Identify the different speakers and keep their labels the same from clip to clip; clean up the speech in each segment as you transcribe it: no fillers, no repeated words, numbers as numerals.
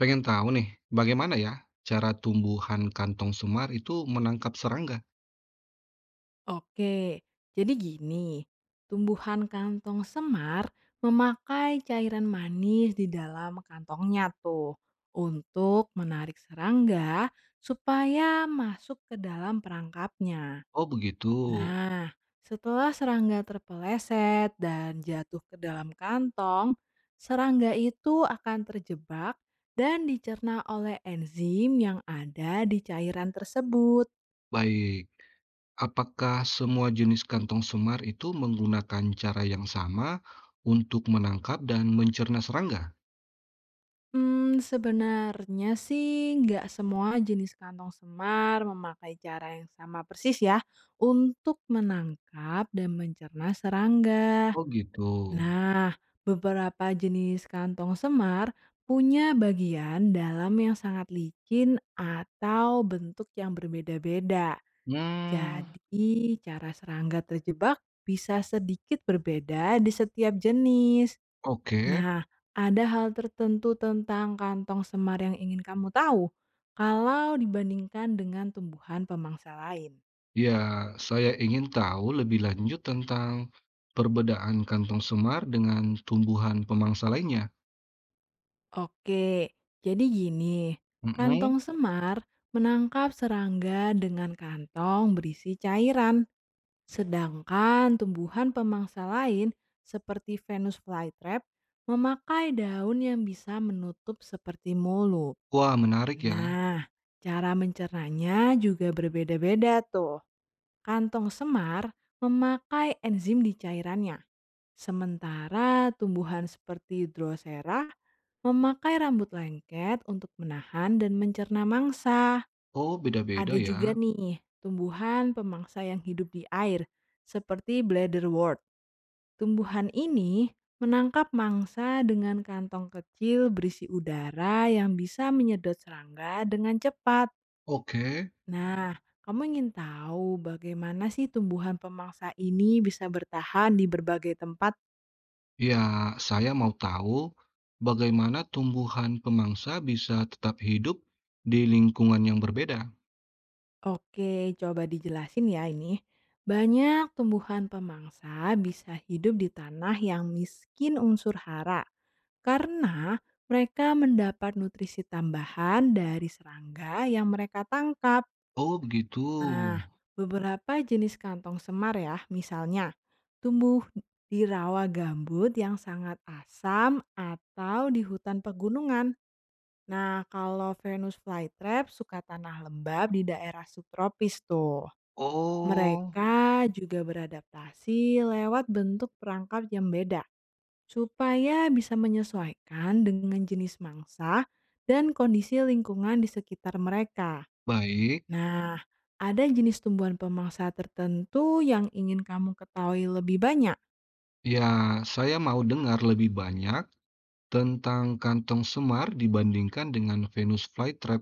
Speaker 1: Pengen tahu nih, bagaimana ya cara tumbuhan kantong semar itu menangkap serangga?
Speaker 2: Oke, jadi gini, tumbuhan kantong semar memakai cairan manis di dalam kantongnya tuh untuk menarik serangga supaya masuk ke dalam perangkapnya.
Speaker 1: Oh begitu.
Speaker 2: Nah, setelah serangga terpeleset dan jatuh ke dalam kantong, serangga itu akan terjebak dan dicerna oleh enzim yang ada di cairan tersebut.
Speaker 1: Baik. Apakah semua jenis kantong semar itu menggunakan cara yang sama untuk menangkap dan mencerna serangga?
Speaker 2: Sebenarnya sih nggak semua jenis kantong semar memakai cara yang sama persis ya untuk menangkap dan mencerna serangga.
Speaker 1: Oh gitu.
Speaker 2: Nah, beberapa jenis kantong semar punya bagian dalam yang sangat licin atau bentuk yang berbeda-beda.
Speaker 1: Hmm,
Speaker 2: Jadi, cara serangga terjebak bisa sedikit berbeda di setiap jenis.
Speaker 1: oke.
Speaker 2: Nah, ada hal tertentu tentang kantong semar yang ingin kamu tahu kalau dibandingkan dengan tumbuhan pemangsa lain?
Speaker 1: Ya, saya ingin tahu lebih lanjut tentang perbedaan kantong semar dengan tumbuhan pemangsa lainnya.
Speaker 2: Oke, jadi gini,
Speaker 1: Mm-mm.
Speaker 2: kantong semar menangkap serangga dengan kantong berisi cairan, sedangkan tumbuhan pemangsa lain seperti Venus flytrap memakai daun yang bisa menutup seperti mulut.
Speaker 1: Wah, menarik ya.
Speaker 2: Nah, cara mencernanya juga berbeda-beda tuh. Kantong semar memakai enzim di cairannya, sementara tumbuhan seperti drosera memakai rambut lengket untuk menahan dan mencerna mangsa.
Speaker 1: Oh,
Speaker 2: Ada
Speaker 1: beda-beda
Speaker 2: juga
Speaker 1: ya.
Speaker 2: nih tumbuhan pemangsa yang hidup di air, seperti bladderwort. Tumbuhan ini menangkap mangsa dengan kantong kecil berisi udara yang bisa menyedot serangga dengan cepat.
Speaker 1: Oke.
Speaker 2: Nah, kamu ingin tahu bagaimana sih tumbuhan pemangsa ini bisa bertahan di berbagai tempat?
Speaker 1: Ya, saya mau tahu bagaimana tumbuhan pemangsa bisa tetap hidup di lingkungan yang berbeda.
Speaker 2: Oke, coba dijelasin ya ini. Banyak tumbuhan pemangsa bisa hidup di tanah yang miskin unsur hara karena mereka mendapat nutrisi tambahan dari serangga yang mereka tangkap.
Speaker 1: Oh, begitu.
Speaker 2: Nah, beberapa jenis kantong semar ya, misalnya tumbuh di rawa gambut yang sangat asam atau di hutan pegunungan. Nah, kalau Venus flytrap suka tanah lembab di daerah subtropis tuh.
Speaker 1: Oh,
Speaker 2: Mereka juga beradaptasi lewat bentuk perangkap yang beda supaya bisa menyesuaikan dengan jenis mangsa dan kondisi lingkungan di sekitar mereka.
Speaker 1: baik.
Speaker 2: Nah, ada jenis tumbuhan pemangsa tertentu yang ingin kamu ketahui lebih banyak?
Speaker 1: Ya, saya mau dengar lebih banyak tentang kantong semar dibandingkan dengan Venus flytrap.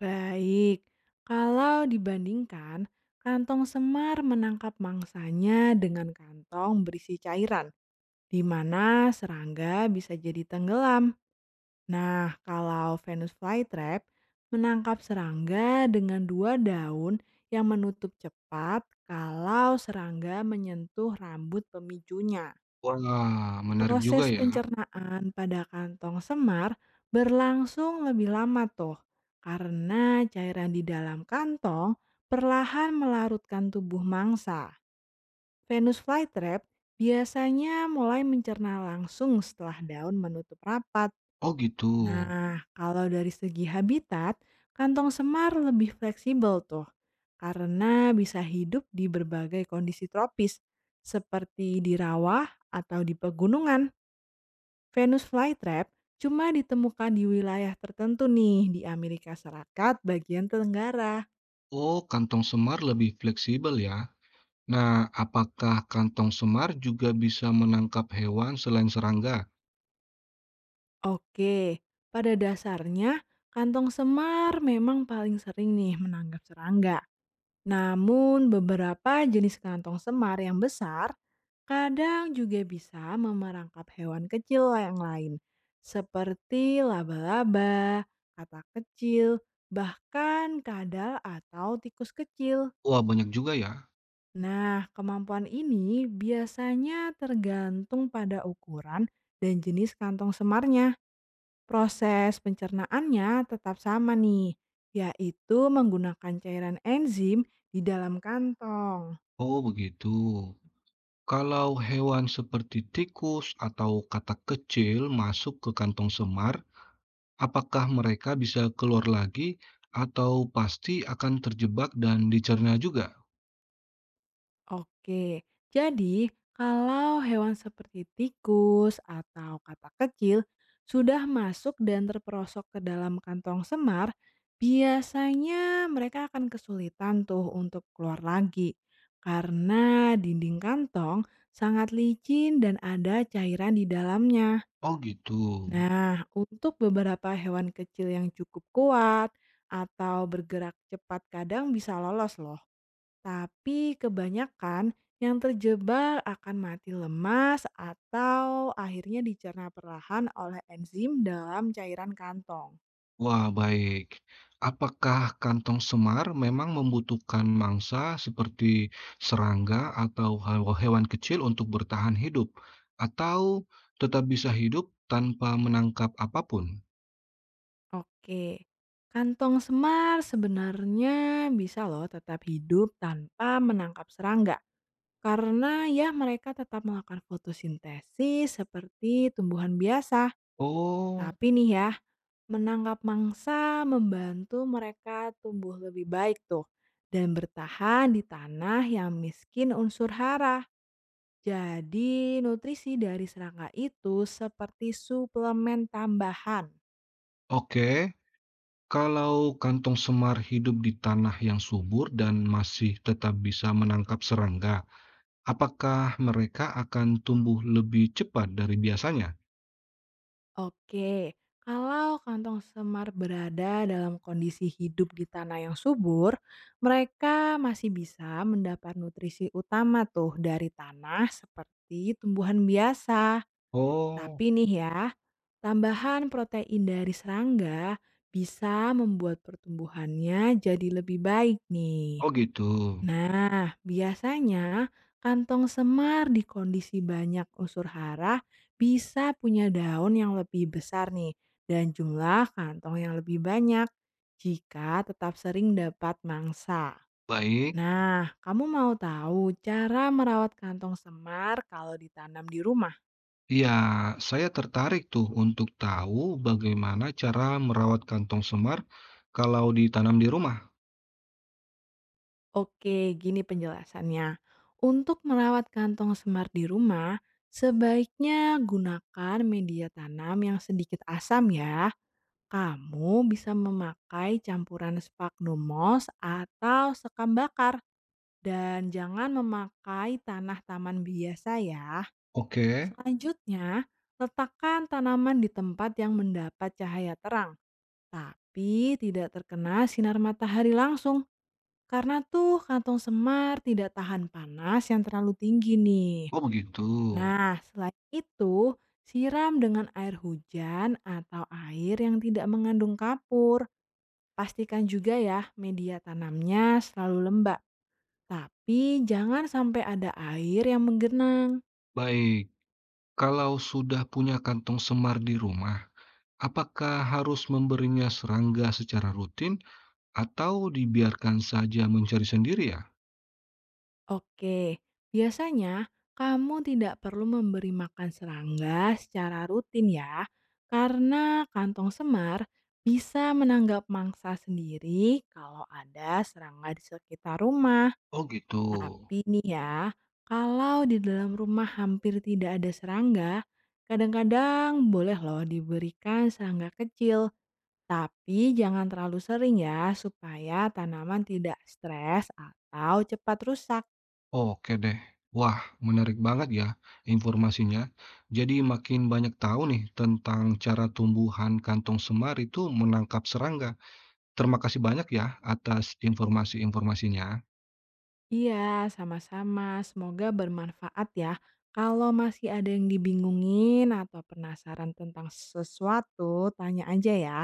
Speaker 2: Baik, kalau dibandingkan, kantong semar menangkap mangsanya dengan kantong berisi cairan, di mana serangga bisa jadi tenggelam. Nah, kalau Venus flytrap menangkap serangga dengan dua daun yang menutup cepat kalau serangga menyentuh rambut pemicunya.
Speaker 1: Wah, menarik juga
Speaker 2: Proses
Speaker 1: ya.
Speaker 2: pencernaan pada kantong semar berlangsung lebih lama tuh, karena cairan di dalam kantong perlahan melarutkan tubuh mangsa. Venus flytrap biasanya mulai mencerna langsung setelah daun menutup rapat.
Speaker 1: Oh, gitu.
Speaker 2: Nah, kalau dari segi habitat, kantong semar lebih fleksibel tuh, karena bisa hidup di berbagai kondisi tropis, seperti di rawa atau di pegunungan. Venus flytrap cuma ditemukan di wilayah tertentu nih di Amerika Serikat bagian Tenggara.
Speaker 1: Oh, kantong semar lebih fleksibel ya. Nah, apakah kantong semar juga bisa menangkap hewan selain serangga?
Speaker 2: Oke, pada dasarnya kantong semar memang paling sering nih menanggap serangga. Namun beberapa jenis kantong semar yang besar kadang juga bisa memerangkap hewan kecil yang lain. Seperti laba-laba, katak kecil, bahkan kadal atau tikus kecil.
Speaker 1: Wah, banyak juga ya.
Speaker 2: Nah, kemampuan ini biasanya tergantung pada ukuran dan jenis kantong semarnya. Proses pencernaannya tetap sama nih, yaitu menggunakan cairan enzim di dalam kantong.
Speaker 1: Oh begitu. Kalau hewan seperti tikus atau katak kecil masuk ke kantong semar, apakah mereka bisa keluar lagi atau pasti akan terjebak dan dicerna juga?
Speaker 2: Oke, jadi kalau hewan seperti tikus atau katak kecil sudah masuk dan terperosok ke dalam kantong semar, biasanya mereka akan kesulitan tuh untuk keluar lagi. Karena dinding kantong sangat licin dan ada cairan di dalamnya.
Speaker 1: Oh gitu.
Speaker 2: Nah, untuk beberapa hewan kecil yang cukup kuat atau bergerak cepat kadang bisa lolos loh. Tapi kebanyakan yang terjebak akan mati lemas atau akhirnya dicerna perlahan oleh enzim dalam cairan kantong.
Speaker 1: Wah baik. Apakah kantong semar memang membutuhkan mangsa seperti serangga atau hewan kecil untuk bertahan hidup, atau tetap bisa hidup tanpa menangkap apapun?
Speaker 2: Oke, kantong semar sebenarnya bisa loh tetap hidup tanpa menangkap serangga. Karena ya mereka tetap melakukan fotosintesis seperti tumbuhan biasa.
Speaker 1: Oh,
Speaker 2: Tapi nih ya, menangkap mangsa membantu mereka tumbuh lebih baik tuh dan bertahan di tanah yang miskin unsur hara. Jadi nutrisi dari serangga itu seperti suplemen tambahan.
Speaker 1: oke. Kalau kantong semar hidup di tanah yang subur dan masih tetap bisa menangkap serangga, apakah mereka akan tumbuh lebih cepat dari biasanya?
Speaker 2: Oke, kalau kantong semar berada dalam kondisi hidup di tanah yang subur, mereka masih bisa mendapat nutrisi utama tuh dari tanah seperti tumbuhan biasa. Tapi
Speaker 1: Oh,
Speaker 2: nih ya, tambahan protein dari serangga bisa membuat pertumbuhannya jadi lebih baik nih.
Speaker 1: oh gitu.
Speaker 2: Nah, biasanya kantong semar di kondisi banyak unsur hara bisa punya daun yang lebih besar nih dan jumlah kantong yang lebih banyak jika tetap sering dapat mangsa.
Speaker 1: Baik,
Speaker 2: Nah, kamu mau tahu cara merawat kantong semar kalau ditanam di rumah?
Speaker 1: ya saya tertarik tuh untuk tahu bagaimana cara merawat kantong semar kalau ditanam di rumah.
Speaker 2: Oke, gini penjelasannya. Untuk merawat kantong semar di rumah, sebaiknya gunakan media tanam yang sedikit asam ya. Kamu bisa memakai campuran sphagnum moss atau sekam bakar dan jangan memakai tanah taman biasa ya.
Speaker 1: Oke,
Speaker 2: Selanjutnya, letakkan tanaman di tempat yang mendapat cahaya terang tapi tidak terkena sinar matahari langsung karena tuh kantong semar tidak tahan panas yang terlalu tinggi nih.
Speaker 1: oh begitu.
Speaker 2: Nah, selain itu, siram dengan air hujan atau air yang tidak mengandung kapur. Pastikan juga ya media tanamnya selalu lembab. Tapi jangan sampai ada air yang menggenang.
Speaker 1: Baik, kalau sudah punya kantong semar di rumah, apakah harus memberinya serangga secara rutin? Atau dibiarkan saja mencari sendiri ya?
Speaker 2: Oke, biasanya kamu tidak perlu memberi makan serangga secara rutin ya, karena kantong semar bisa menanggap mangsa sendiri kalau ada serangga di sekitar rumah.
Speaker 1: Oh gitu.
Speaker 2: Tapi nih ya, kalau di dalam rumah hampir tidak ada serangga, kadang-kadang boleh loh diberikan serangga kecil. Tapi jangan terlalu sering ya, supaya tanaman tidak stres atau cepat rusak.
Speaker 1: Oke deh. Wah, menarik banget ya informasinya. Jadi makin banyak tahu nih tentang cara tumbuhan kantong semar itu menangkap serangga. Terima kasih banyak ya atas informasi-informasinya.
Speaker 2: Iya, sama-sama. Semoga bermanfaat ya. Kalau masih ada yang dibingungin atau penasaran tentang sesuatu, tanya aja ya.